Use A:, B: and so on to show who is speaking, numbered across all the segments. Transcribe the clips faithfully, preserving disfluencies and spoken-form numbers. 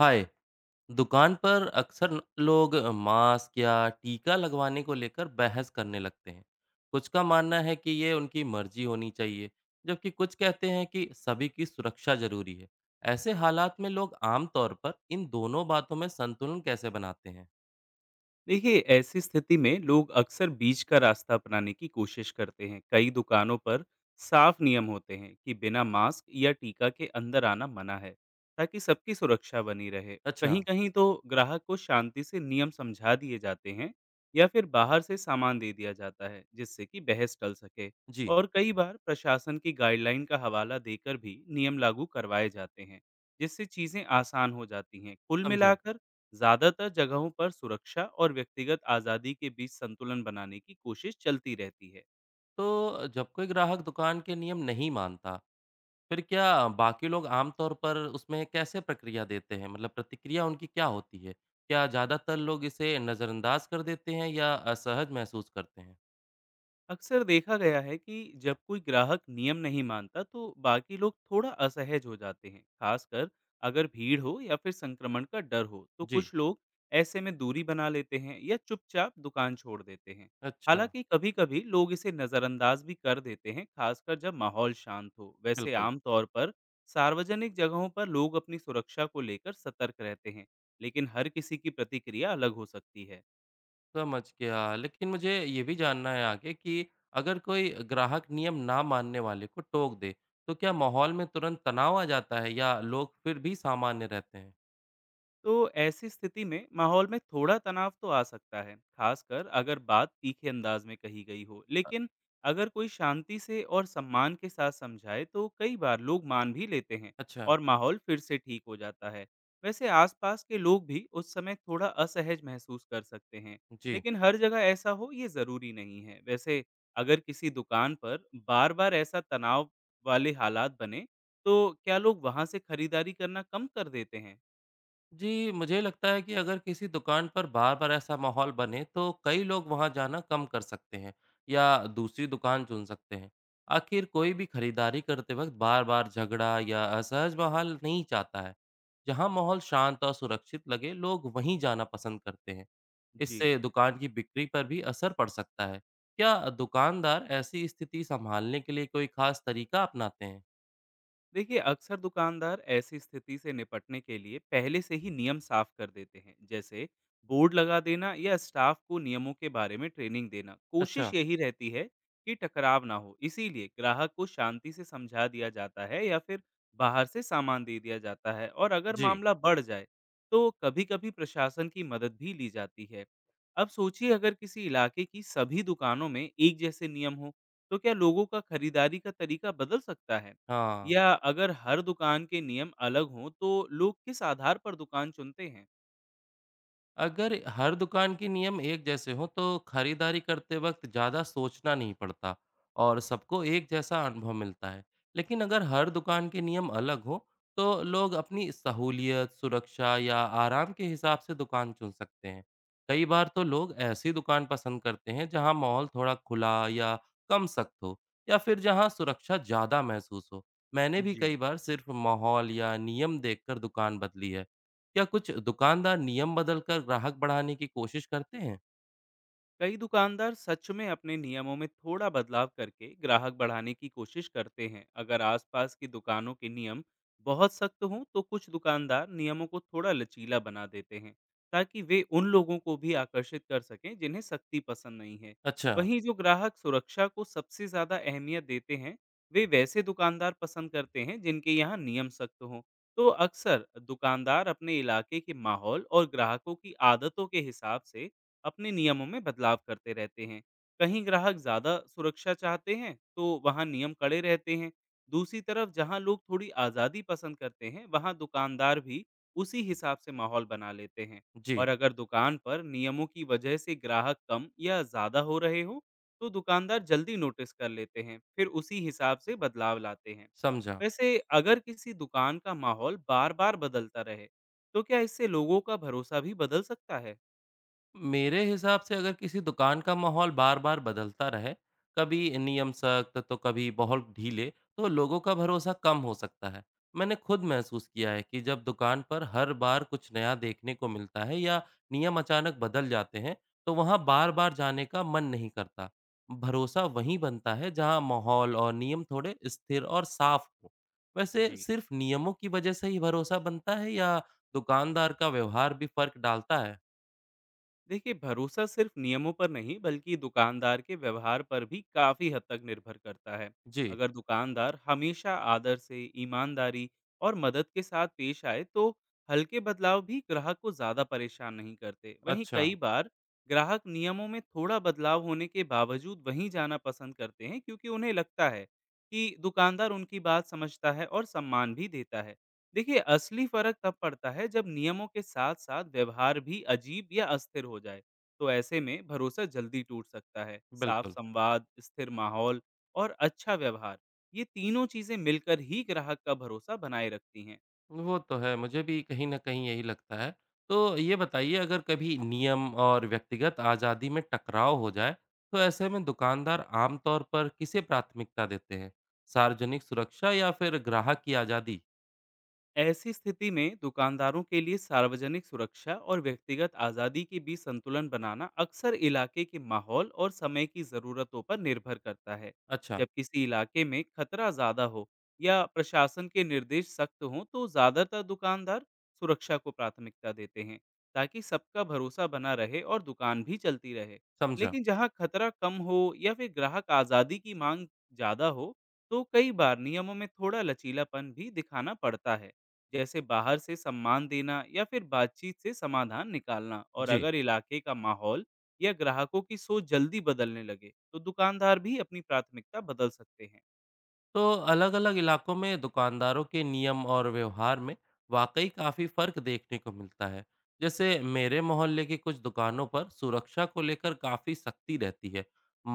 A: हाय। दुकान पर अक्सर न- लोग मास्क या टीका लगवाने को लेकर बहस करने लगते हैं। कुछ का मानना है कि ये उनकी मर्जी होनी चाहिए, जबकि कुछ कहते हैं कि सभी की सुरक्षा जरूरी है। ऐसे हालात में लोग आमतौर पर इन दोनों बातों में संतुलन कैसे बनाते हैं?
B: देखिए, ऐसी स्थिति में लोग अक्सर बीच का रास्ता अपनाने की कोशिश करते हैं। कई दुकानों पर साफ नियम होते हैं कि बिना मास्क या टीका के अंदर आना मना है, ताकि सबकी सुरक्षा बनी रहे।
A: अच्छा।
B: कहीं कहीं तो ग्राहक को शांति से नियम समझा दिए जाते हैं या फिर बाहर से सामान दे दिया जाता है, जिससे कि बहस टल सके।
A: जी।
B: और कई बार प्रशासन की गाइडलाइन का हवाला देकर भी नियम लागू करवाए जाते हैं, जिससे चीज़ें आसान हो जाती हैं। कुल
A: समझा।
B: मिलाकर ज्यादातर जगहों पर सुरक्षा और व्यक्तिगत आजादी के बीच संतुलन बनाने की कोशिश चलती रहती है।
A: तो जब कोई ग्राहक दुकान के नियम नहीं मानता, फिर क्या? बाकी लोग आम तौर पर उसमें कैसे प्रक्रिया देते हैं? मतलब प्रतिक्रिया उनकी क्या होती है? क्या ज़्यादातर लोग इसे नज़रअंदाज कर देते हैं या असहज महसूस करते हैं?
B: अक्सर देखा गया है कि जब कोई ग्राहक नियम नहीं मानता तो बाकी लोग थोड़ा असहज हो जाते हैं, खासकर अगर भीड़ हो या फिर संक्रमण का डर हो। तो
A: जी।
B: कुछ लोग ऐसे में दूरी बना लेते हैं या चुपचाप दुकान छोड़ देते हैं।
A: अच्छा।
B: हालांकि कभी-कभी लोग इसे नज़रअंदाज भी कर देते हैं, खासकर जब माहौल शांत हो। वैसे
A: बिल्कुल।
B: आमतौर पर सार्वजनिक जगहों पर लोग अपनी सुरक्षा को लेकर सतर्क रहते हैं, लेकिन हर किसी की प्रतिक्रिया अलग हो सकती है।
A: समझ गया। लेकिन मुझे ये भी जानना है आगे कि अगर कोई ग्राहक नियम ना मानने वाले को टोक दे, तो क्या माहौल में तुरंत तनाव आ जाता है या लोग फिर भी सामान्य रहते हैं?
B: तो ऐसी स्थिति में माहौल में थोड़ा तनाव तो आ सकता है, खासकर अगर बात तीखे अंदाज में कही गई हो।
A: अ,
B: लेकिन अगर कोई शांति से और सम्मान के साथ समझाए तो कई बार लोग मान भी लेते हैं
A: अच्छा।
B: और माहौल फिर से ठीक हो जाता है। वैसे आसपास के लोग भी उस समय थोड़ा असहज महसूस कर सकते हैं,
A: जी।
B: लेकिन हर जगह ऐसा हो ये ज़रूरी नहीं है। वैसे अगर किसी दुकान पर बार-बार ऐसा तनाव वाले हालात बने, तो क्या लोग वहाँ से खरीदारी करना कम कर देते हैं?
A: जी, मुझे लगता है कि अगर किसी दुकान पर बार-बार ऐसा माहौल बने तो कई लोग वहाँ जाना कम कर सकते हैं या दूसरी दुकान चुन सकते हैं। आखिर कोई भी खरीदारी करते वक्त बार-बार झगड़ा या असहज माहौल नहीं चाहता है। जहाँ माहौल शांत और सुरक्षित लगे, लोग वहीं जाना पसंद करते हैं।
B: जी।
A: इससे दुकान की बिक्री पर भी असर पड़ सकता है। क्या दुकानदार ऐसी स्थिति संभालने के लिए कोई खास तरीका अपनाते हैं?
B: देखिए, अक्सर दुकानदार ऐसी स्थिति से निपटने के लिए पहले से ही नियम साफ कर देते हैं, जैसे बोर्ड लगा देना या स्टाफ को नियमों के बारे में ट्रेनिंग देना। कोशिश
A: अच्छा।
B: यही रहती है कि टकराव ना हो, इसीलिए ग्राहक को शांति से समझा दिया जाता है या फिर बाहर से सामान दे दिया जाता है। और अगर
A: जी।
B: मामला बढ़ जाए तो कभी-कभी प्रशासन की मदद भी ली जाती है। अब सोचिए, अगर किसी इलाके की सभी दुकानों में एक जैसे नियम हो तो क्या लोगों का खरीदारी का तरीका बदल सकता है,
A: हाँ।
B: या अगर हर दुकान के नियम अलग हों तो लोग किस आधार पर दुकान चुनते हैं?
A: अगर हर दुकान के नियम एक जैसे हों तो खरीदारी करते वक्त ज़्यादा सोचना नहीं पड़ता और सबको एक जैसा अनुभव मिलता है। लेकिन अगर हर दुकान के नियम अलग हों तो लोग अपनी सहूलियत, सुरक्षा या आराम के हिसाब से दुकान चुन सकते हैं। कई बार तो लोग ऐसी दुकान पसंद करते हैं जहां माहौल थोड़ा खुला या कम सख्त हो, या फिर जहां सुरक्षा ज़्यादा महसूस हो। मैंने भी
B: जी।
A: कई बार सिर्फ माहौल या नियम देखकर दुकान बदली है। क्या कुछ दुकानदार नियम बदलकर ग्राहक बढ़ाने की कोशिश करते हैं?
B: कई दुकानदार सच में अपने नियमों में थोड़ा बदलाव करके ग्राहक बढ़ाने की कोशिश करते हैं। अगर आसपास की दुकानों के नियम बहुत सख्त हों तो कुछ दुकानदार नियमों को थोड़ा लचीला बना देते हैं, ताकि वे उन लोगों को भी आकर्षित कर सकें जिन्हें सख्ती पसंद नहीं है।
A: अच्छा।
B: वहीं जो ग्राहक सुरक्षा को सबसे ज़्यादा अहमियत देते हैं वे वैसे दुकानदार पसंद करते हैं जिनके यहाँ नियम सख्त हों। तो अक्सर दुकानदार अपने इलाके के माहौल और ग्राहकों की आदतों के हिसाब से अपने नियमों में बदलाव करते रहते हैं। कहीं ग्राहक ज़्यादा सुरक्षा चाहते हैं तो वहाँ नियम कड़े रहते हैं। दूसरी तरफ जहाँ लोग थोड़ी आज़ादी पसंद करते हैं, वहाँ दुकानदार भी उसी हिसाब से माहौल बना लेते हैं।
A: जी।
B: और अगर दुकान पर नियमों की वजह से ग्राहक कम या ज़्यादा हो रहे हो तो दुकानदार जल्दी नोटिस कर लेते हैं, फिर उसी हिसाब से बदलाव लाते हैं।
A: समझा।
B: वैसे अगर किसी दुकान का माहौल बार बार बदलता रहे तो क्या इससे लोगों का भरोसा भी बदल सकता है?
A: मेरे हिसाब से अगर किसी दुकान का माहौल बार-बार बदलता रहे, कभी नियम सख्त तो कभी बहुत ढीले, तो लोगों का भरोसा कम हो सकता है। मैंने खुद महसूस किया है कि जब दुकान पर हर बार कुछ नया देखने को मिलता है या नियम अचानक बदल जाते हैं, तो वहाँ बार-बार जाने का मन नहीं करता। भरोसा वहीं बनता है जहाँ माहौल और नियम थोड़े स्थिर और साफ हो। वैसे
B: जी।
A: सिर्फ नियमों की वजह से ही भरोसा बनता है या दुकानदार का व्यवहार भी फर्क डालता है?
B: देखिए, भरोसा सिर्फ नियमों पर नहीं बल्कि दुकानदार के व्यवहार पर भी काफी हद तक निर्भर करता है।
A: जी।
B: अगर दुकानदार हमेशा आदर से, ईमानदारी और मदद के साथ पेश आए तो हल्के बदलाव भी ग्राहक को ज्यादा परेशान नहीं करते। वहीं
A: अच्छा।
B: कई बार ग्राहक नियमों में थोड़ा बदलाव होने के बावजूद वहीं जाना पसंद करते हैं, क्योंकि उन्हें लगता है कि दुकानदार उनकी बात समझता है और सम्मान भी देता है। देखिए, असली फर्क तब पड़ता है जब नियमों के साथ साथ व्यवहार भी अजीब या अस्थिर हो जाए, तो ऐसे में भरोसा जल्दी टूट सकता है। साफ
A: बिल्कुल।
B: संवाद, स्थिर माहौल और अच्छा व्यवहार, ये तीनों चीजें मिलकर ही ग्राहक का भरोसा बनाए रखती हैं।
A: वो तो है, मुझे भी कहीं न कहीं यही लगता है। तो ये बताइए, अगर कभी नियम और व्यक्तिगत आज़ादी में टकराव हो जाए, तो ऐसे में दुकानदार आम तौर पर किसे प्राथमिकता देते हैं? सार्वजनिक सुरक्षा या फिर ग्राहक की आज़ादी?
B: ऐसी स्थिति में दुकानदारों के लिए सार्वजनिक सुरक्षा और व्यक्तिगत आज़ादी के बीच संतुलन बनाना अक्सर इलाके के माहौल और समय की ज़रूरतों पर निर्भर करता है।
A: अच्छा।
B: जब किसी इलाके में खतरा ज़्यादा हो या प्रशासन के निर्देश सख्त हों तो ज़्यादातर दुकानदार सुरक्षा को प्राथमिकता देते हैं, ताकि सबका भरोसा बना रहे और दुकान भी चलती रहे।
A: समझा।
B: लेकिन जहां खतरा कम हो या फिर ग्राहक आज़ादी की मांग ज़्यादा हो तो कई बार नियमों में थोड़ा लचीलापन भी दिखाना पड़ता है, जैसे बाहर से सम्मान देना या फिर बातचीत से समाधान निकालना। और
A: जी।
B: अगर इलाके का माहौल या ग्राहकों की सोच जल्दी बदलने लगे तो दुकानदार भी अपनी प्राथमिकता बदल सकते हैं।
A: तो अलग-अलग इलाकों में दुकानदारों के नियम और व्यवहार में वाकई काफ़ी फ़र्क देखने को मिलता है। जैसे मेरे मोहल्ले की कुछ दुकानों पर सुरक्षा को लेकर काफ़ी सख्ती रहती है।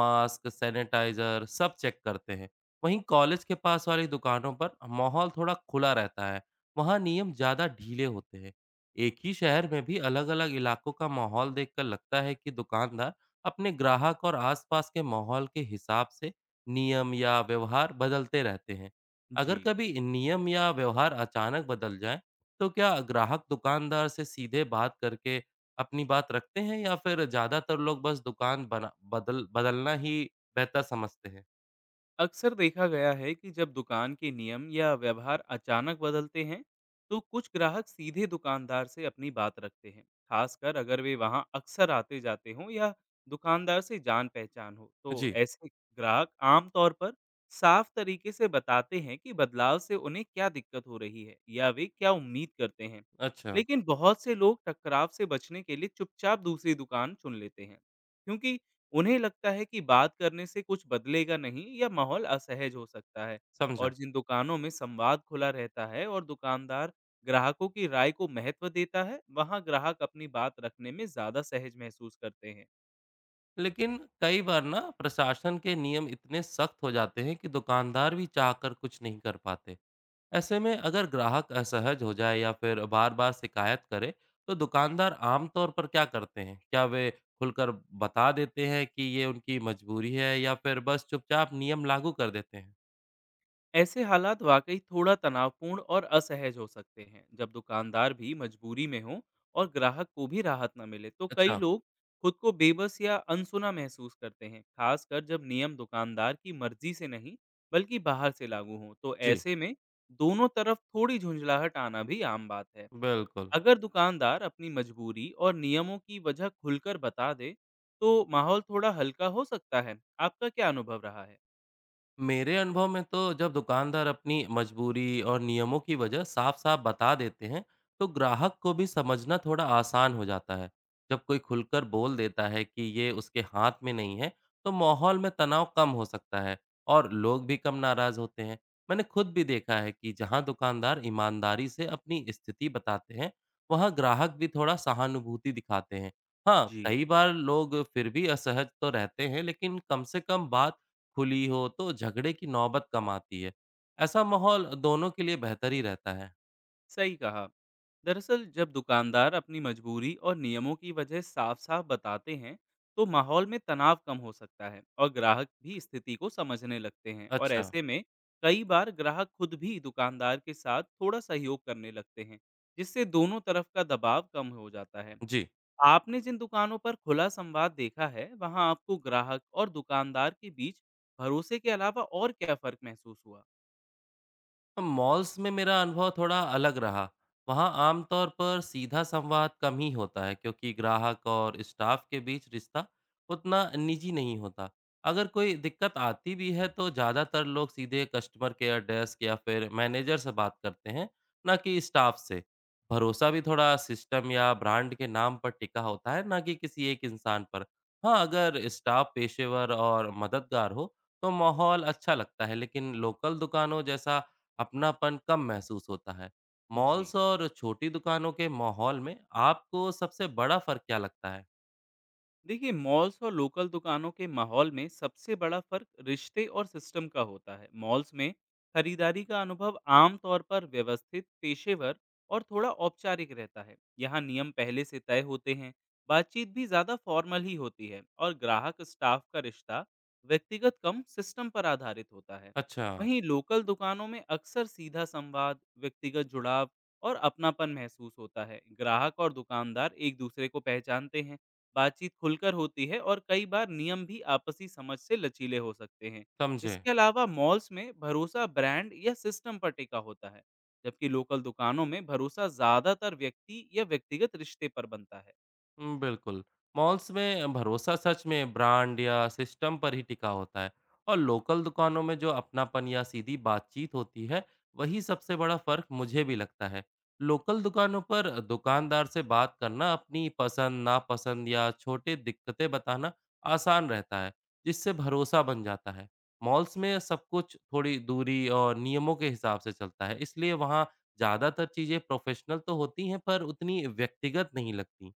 A: मास्क, सैनिटाइज़र सब चेक करते हैं। वहीं कॉलेज के पास वाली दुकानों पर माहौल थोड़ा खुला रहता है। वहाँ नियम ज़्यादा ढीले होते हैं। एक ही शहर में भी अलग-अलग इलाकों का माहौल देखकर लगता है कि दुकानदार अपने ग्राहक और आसपास के माहौल के हिसाब से नियम या व्यवहार बदलते रहते हैं।
B: जी।
A: अगर कभी नियम या व्यवहार अचानक बदल जाए तो क्या ग्राहक दुकानदार से सीधे बात करके अपनी बात रखते हैं या फिर ज्यादातर लोग बस दुकान बना बदल बदलना ही बेहतर समझते हैं?
B: अक्सर देखा गया है कि जब दुकान के नियम या व्यवहार अचानक बदलते हैं तो कुछ ग्राहक सीधे दुकानदार से अपनी बात रखते हैं, खासकर अगर वे वहां अक्सर आते जाते हों या दुकानदार से जान पहचान हो। तो
A: जी।
B: ऐसे ग्राहक आमतौर पर साफ तरीके से बताते हैं कि बदलाव से उन्हें क्या दिक्कत हो रही है या वे क्या उम्मीद करते हैं।
A: अच्छा।
B: लेकिन बहुत से लोग टकराव से बचने के लिए चुपचाप दूसरी दुकान चुन लेते हैं, क्योंकि उन्हें लगता है कि बात करने से कुछ बदलेगा नहीं या माहौल असहज हो सकता है।
A: समझा।
B: और जिन दुकानों में संवाद खुला रहता है और दुकानदार ग्राहकों की राय को महत्व देता है, वहां ग्राहक अपनी बात रखने में ज्यादा सहज महसूस करते हैं।
A: लेकिन कई बार ना, प्रशासन के नियम इतने सख्त हो जाते हैं कि दुकानदार भी चाहकर कुछ नहीं कर पाते। ऐसे में अगर ग्राहक असहज हो जाए या फिर बार बार शिकायत करे, तो दुकानदार आमतौर पर क्या करते हैं? क्या वे खुलकर बता देते हैं कि ये उनकी मजबूरी है या फिर बस चुपचाप नियम लागू कर देते हैं?
B: ऐसे हालात वाकई थोड़ा तनावपूर्ण और असहज हो सकते हैं। जब दुकानदार भी मजबूरी में हो और ग्राहक को भी राहत न मिले तो कई
A: अच्छा।
B: लोग खुद को बेबस या अनसुना महसूस करते हैं, खासकर जब नियम दुकानदार की मर्जी से नहीं बल्कि बाहर से लागू हों। तो
A: जी।
B: ऐसे में दोनों तरफ थोड़ी झुंझलाहट आना भी आम बात है।
A: बिल्कुल।
B: अगर दुकानदार अपनी मजबूरी और नियमों की वजह खुलकर बता दे तो माहौल थोड़ा हल्का हो सकता है। आपका क्या अनुभव रहा है?
A: मेरे अनुभव में तो जब दुकानदार अपनी मजबूरी और नियमों की वजह साफ-साफ बता देते हैं, तो ग्राहक को भी समझना थोड़ा आसान हो जाता है। जब कोई खुलकर बोल देता है कि ये उसके हाथ में नहीं है, तो माहौल में तनाव कम हो सकता है और लोग भी कम नाराज होते हैं। मैंने खुद भी देखा है कि जहां दुकानदार ईमानदारी से अपनी स्थिति बताते हैं, वहां ग्राहक भी थोड़ा सहानुभूति दिखाते हैं। हाँ,
B: जी,
A: कई बार लोग फिर भी असहज तो रहते हैं, लेकिन कम से कम बात खुली हो तो झगड़े की नौबत कम आती है। ऐसा माहौल दोनों के लिए बेहतर ही रहता है।
B: सही कहा। दरअसल जब दुकानदार अपनी मजबूरी और नियमों की वजह साफ साफ बताते हैं तो माहौल में तनाव कम हो सकता है और ग्राहक भी स्थिति को समझने लगते हैं। और
A: अच्छा।
B: ऐसे में कई बार ग्राहक खुद भी दुकानदार के साथ थोड़ा सहयोग करने लगते हैं, जिससे दोनों तरफ का दबाव कम हो जाता है।
A: जी।
B: आपने जिन दुकानों पर खुला संवाद देखा है, वहां आपको ग्राहक और दुकानदार के बीच भरोसे के अलावा और क्या फर्क महसूस हुआ?
A: तो मॉल्स में मेरा अनुभव थोड़ा अलग रहा। वहाँ आमतौर पर सीधा संवाद कम ही होता है क्योंकि ग्राहक और स्टाफ के बीच रिश्ता उतना निजी नहीं होता। अगर कोई दिक्कत आती भी है तो ज़्यादातर लोग सीधे कस्टमर केयर डेस्क या फिर मैनेजर से बात करते हैं, ना कि स्टाफ से। भरोसा भी थोड़ा सिस्टम या ब्रांड के नाम पर टिका होता है, ना कि किसी एक इंसान पर। हाँ, अगर स्टाफ पेशेवर और मददगार हो, तो माहौल अच्छा लगता है, लेकिन लोकल दुकानों जैसा अपनापन कम महसूस होता है।
B: जी,
A: मॉल्स और छोटी दुकानों के माहौल में आपको सबसे बड़ा फ़र्क क्या लगता है?
B: देखिए, मॉल्स और लोकल दुकानों के माहौल में सबसे बड़ा फर्क रिश्ते और सिस्टम का होता है। मॉल्स में खरीदारी का अनुभव आमतौर पर व्यवस्थित, पेशेवर और थोड़ा औपचारिक रहता है। यहाँ नियम पहले से तय होते हैं, बातचीत भी ज़्यादा फॉर्मल ही होती है और ग्राहक स्टाफ का रिश्ता व्यक्तिगत कम, सिस्टम पर आधारित होता है।
A: अच्छा।
B: वहीं लोकल दुकानों में अक्सर सीधा संवाद, व्यक्तिगत जुड़ाव और अपनापन महसूस होता है। ग्राहक और दुकानदार एक दूसरे को पहचानते हैं, बातचीत खुलकर होती है और कई बार नियम भी आपसी समझ से लचीले हो सकते हैं।
A: समझे।
B: इसके अलावा मॉल्स में भरोसा ब्रांड या सिस्टम पर टिका होता है, जबकि लोकल दुकानों में भरोसा ज़्यादातर व्यक्ति या व्यक्तिगत रिश्ते पर बनता है।
A: हुँ, बिल्कुल। मॉल्स में भरोसा सच में ब्रांड या सिस्टम पर ही टिका होता है और लोकल दुकानों में जो अपनापन या सीधी बातचीत होती है, वही सबसे बड़ा फ़र्क मुझे भी लगता है। लोकल दुकानों पर दुकानदार से बात करना, अपनी पसंद, नापसंद या छोटी दिक्कतें बताना आसान रहता है, जिससे भरोसा बन जाता है। मॉल्स में सब कुछ थोड़ी दूरी और नियमों के हिसाब से चलता है, इसलिए वहाँ ज़्यादातर चीज़ें प्रोफ़ेशनल तो होती हैं, पर उतनी व्यक्तिगत नहीं लगतीं।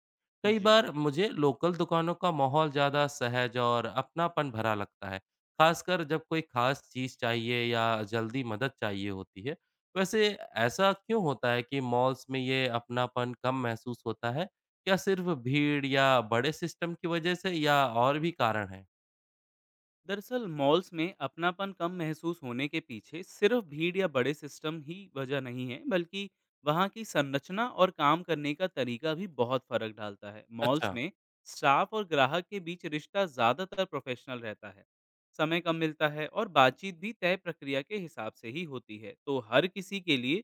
A: कई
B: जी,
A: बार मुझे लोकल दुकानों का माहौल ज़्यादा सहज और अपनापन भरा लगता है, खासकर जब कोई खास चीज़ चाहिए या जल्दी मदद चाहिए होती है। वैसे, ऐसा क्यों होता है कि मॉल्स में ये अपनापन कम महसूस होता है? क्या सिर्फ भीड़ या बड़े सिस्टम की वजह से या और भी कारण हैं?
B: दरअसल मॉल्स में अपनापन कम महसूस होने के पीछे सिर्फ भीड़ या बड़े सिस्टम ही वजह नहीं है, बल्कि वहाँ की संरचना और काम करने का तरीका भी बहुत फर्क डालता है। मॉल्स
A: अच्छा।
B: में स्टाफ और ग्राहक के बीच रिश्ता ज़्यादातर प्रोफेशनल रहता है, समय कम मिलता है और बातचीत भी तय प्रक्रिया के हिसाब से ही होती है। तो हर किसी के लिए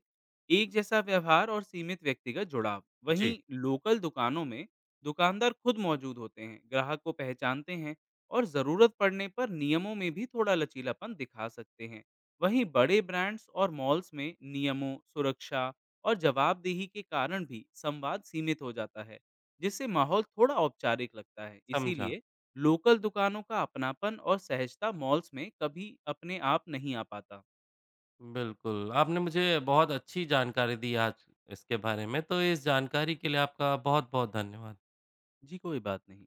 B: एक जैसा व्यवहार और सीमित व्यक्तिगत जुड़ाव।
A: जी।
B: वहीं लोकल दुकानों में दुकानदार खुद मौजूद होते हैं, ग्राहक को पहचानते हैं और ज़रूरत पड़ने पर नियमों में भी थोड़ा लचीलापन दिखा सकते हैं। वहीं बड़े ब्रांड्स और मॉल्स में नियमों, सुरक्षा और जवाबदेही के कारण भी संवाद सीमित हो जाता है, जिससे माहौल थोड़ा औपचारिक लगता है।
A: समझा।
B: इसीलिए लोकल दुकानों का अपनापन और सहजता मॉल्स में कभी अपने आप नहीं आ पाता।
A: बिल्कुल, आपने मुझे बहुत अच्छी जानकारी दी आज इसके बारे में, तो इस जानकारी के लिए आपका बहुत-बहुत धन्यवाद।
B: जी, कोई बात नहीं।